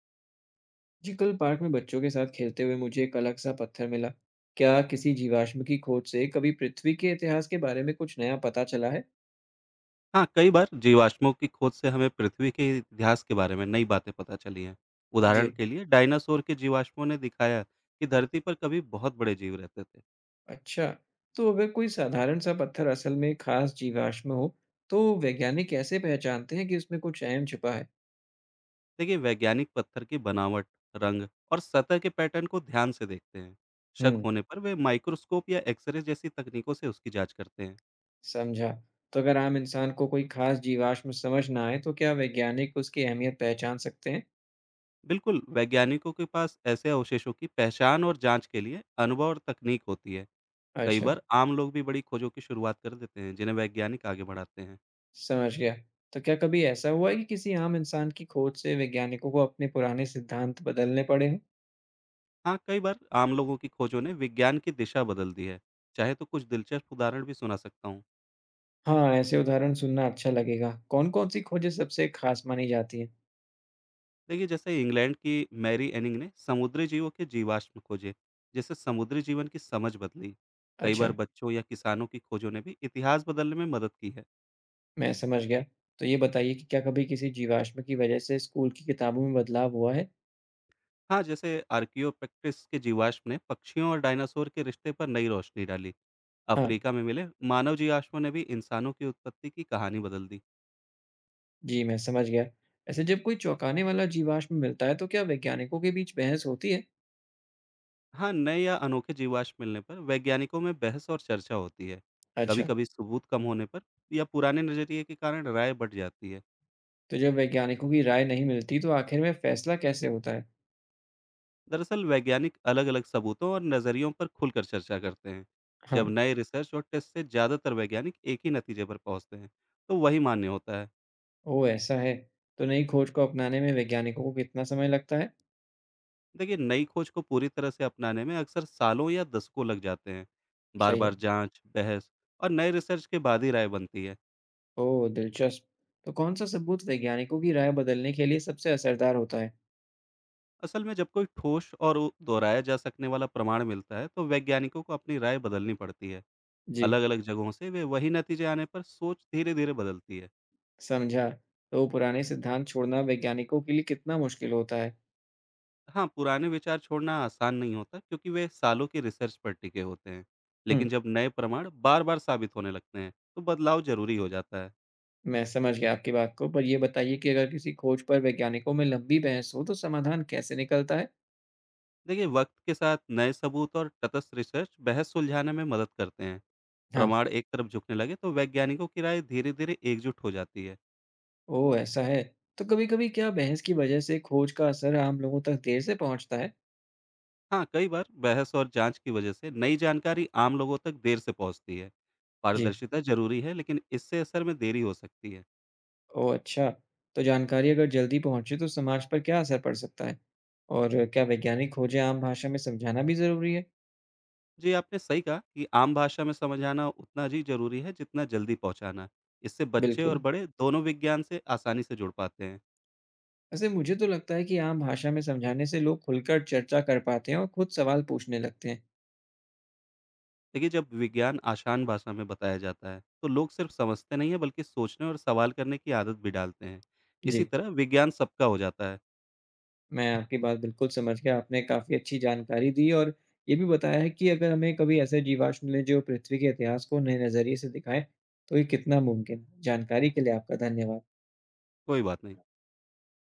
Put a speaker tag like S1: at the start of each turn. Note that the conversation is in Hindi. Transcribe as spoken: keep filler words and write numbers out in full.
S1: जी, कल पार्क में बच्चों के साथ खेलते हुए मुझे एक अलग सा पत्थर मिला। क्या किसी जीवाश्म की खोज से कभी पृथ्वी के इतिहास के बारे में कुछ नया पता चला है?
S2: हाँ, कई बार जीवाश्मों की खोज से हमें पृथ्वी के इतिहास के बारे में नई बातें पता चली हैं। उदाहरण
S1: जी।
S2: के लिए डायनासोर के जीवाश्मों ने दिखाया कि धरती पर कभी बहुत बड़े जीव रहते थे।
S1: अच्छा, तो अगर कोई साधारण सा पत्थर असल में खास जीवाश्म हो, तो वैज्ञानिक कैसे पहचानते हैं कि उसमें कुछ अहम छिपा है?
S2: देखिए, वैज्ञानिक पत्थर की बनावट, रंग और सतह के पैटर्न को ध्यान से देखते हैं। शक
S1: हम्म,
S2: होने पर वे माइक्रोस्कोप या एक्सरे जैसी तकनीकों से उसकी जांच करते हैं।
S1: समझा। तो अगर आम इंसान को कोई खास जीवाश्म समझ ना आए, तो क्या वैज्ञानिक उसकी अहमियत पहचान सकते हैं?
S2: बिल्कुल, वैज्ञानिकों के पास ऐसे अवशेषों की पहचान और जांच के लिए अनुभव और तकनीक होती है। कई
S1: अच्छा।
S2: बार आम लोग भी बड़ी खोजों की शुरुआत कर देते हैं, जिन्हें वैज्ञानिक आगे बढ़ाते हैं।
S1: समझ गया। तो क्या कभी ऐसा हुआ है कि किसी आम इंसान की खोज से वैज्ञानिकों को अपने पुराने सिद्धांत बदलने पड़े हों?
S2: हाँ, कई बार आम लोगों की खोजों ने विज्ञान की दिशा बदल दी है। चाहे तो कुछ दिलचस्प उदाहरण भी सुना सकता हूँ।
S1: हाँ, ऐसे उदाहरण सुनना अच्छा लगेगा। कौन-कौन सी खोजें सबसे खास मानी जाती हैं?
S2: देखिए, जैसे इंग्लैंड की मैरी एनिंग ने समुद्री जीवों के जीवाश्म खोजे, जिससे समुद्री जीवन की समझ बदली। कई
S1: अच्छा,
S2: बार बच्चों या किसानों की खोजों ने भी इतिहास बदलने में मदद की है।
S1: मैं समझ गया। तो ये बताइए कि क्या कभी किसी जीवाश्म की वजह से स्कूल की किताबों में बदलाव हुआ है?
S2: हाँ, जैसे आर्कियोपेक्ट्रिस के जीवाश्म ने पक्षियों और डायनासोर के रिश्ते पर नई रोशनी डाली।
S1: हाँ।
S2: अफ्रीका में मिले मानव जीवाश्मों ने भी इंसानों की उत्पत्ति की कहानी बदल दी।
S1: जी, मैं समझ गया। ऐसे जब कोई चौंकाने वाला जीवाश्म मिलता है, तो क्या वैज्ञानिकों के बीच बहस होती है?
S2: हाँ, नए या अनोखे जीवाश्म मिलने पर वैज्ञानिकों में बहस और चर्चा होती है।
S1: अच्छा।
S2: कभी-कभी सबूत कम होने पर या पुराने नज़रिए के कारण राय बँट जाती है।
S1: तो जब वैज्ञानिकों की राय नहीं मिलती, तो आखिर में फैसला कैसे होता है?
S2: दरअसल वैज्ञानिक अलग-अलग सबूतों और नज़रियों पर खुलकर चर्चा करते हैं।
S1: हाँ।
S2: जब नए रिसर्च और टेस्ट से ज़्यादातर वैज्ञानिक एक ही नतीजे पर पहुँचते हैं, तो वही मान्य होता है।
S1: ओह! ऐसा है। तो नई खोज को अपनाने में वैज्ञानिकों को कितना समय लगता है?
S2: देखिए, नई खोज को पूरी तरह से अपनाने में अक्सर सालों या दशकों लग जाते हैं।
S1: सही
S2: बार-बार
S1: है।
S2: जाँच, बहस और नए रिसर्च के बाद ही राय बनती है।
S1: ओह! दिलचस्प। तो कौन-सा सबूत वैज्ञानिकों की राय बदलने के लिए सबसे असरदार होता है?
S2: असल में, जब कोई ठोस और उ- दोहराया जा सकने वाला प्रमाण मिलता है, तो वैज्ञानिकों को अपनी राय बदलनी पड़ती है।
S1: जी,
S2: अलग अलग जगहों से वे वही नतीजे आने पर सोच धीरे धीरे बदलती है।
S1: समझा। तो पुराने सिद्धांत छोड़ना वैज्ञानिकों के लिए कितना मुश्किल होता है?
S2: हाँ, पुराने विचार छोड़ना आसान नहीं होता, क्योंकि वे सालों की रिसर्च पर टिके होते हैं।
S1: हुँ,
S2: लेकिन जब नए प्रमाण बार बार साबित होने लगते हैं, तो बदलाव जरूरी हो जाता है।
S1: मैं समझ गया आपकी बात को, पर ये बताइए कि अगर किसी खोज पर वैज्ञानिकों में लंबी बहस हो, तो समाधान कैसे निकलता है?
S2: देखिए, वक्त के साथ नए सबूत और तटस्थ रिसर्च बहस सुलझाने में मदद करते हैं।
S1: हाँ।
S2: प्रमाण एक तरफ झुकने लगे, तो वैज्ञानिकों की राय धीरे धीरे एकजुट हो जाती है।
S1: ओह! ऐसा है। तो कभी-कभी क्या बहस की वजह से खोज का असर आम लोगों तक देर से पहुँचता है?
S2: हाँ, कई बार बहस और जांच की वजह से नई जानकारी आम लोगों तक देर से पहुंचती है।
S1: जी।
S2: पारदर्शिता ज़रूरी है, लेकिन इससे असर में देरी हो सकती है।
S1: ओह, अच्छा! तो जानकारी अगर जल्दी पहुँचे तो समाज पर क्या असर पड़ सकता है? और क्या वैज्ञानिक खोजें आम भाषा में समझाना भी ज़रूरी है?
S2: जी, आपने सही कहा कि आम भाषा में समझाना उतना ही ज़रूरी है, जितना जल्दी पहुंचाना। इससे बच्चे और
S1: बिल्कुल।
S2: बड़े दोनों विज्ञान से आसानी से जुड़ पाते हैं।
S1: वैसे मुझे तो लगता है कि आम भाषा में समझाने से लोग खुलकर चर्चा कर पाते हैं और खुद सवाल पूछने लगते हैं।
S2: देखिए, जब विज्ञान आसान भाषा में बताया जाता है, तो लोग सिर्फ समझते नहीं हैं, बल्कि सोचने और सवाल करने की आदत भी डालते हैं।
S1: जी,
S2: इसी तरह विज्ञान सबका हो जाता है।
S1: मैं आपकी बात बिल्कुल समझ गया। आपने काफ़ी अच्छी जानकारी दी और ये भी बताया है कि अगर हमें कभी ऐसे जीवाश्म मिले जो पृथ्वी के इतिहास को नए नज़रिए से दिखाएँ, तो ये कितना मुमकिन है। जानकारी के लिए आपका धन्यवाद।
S2: कोई बात नहीं।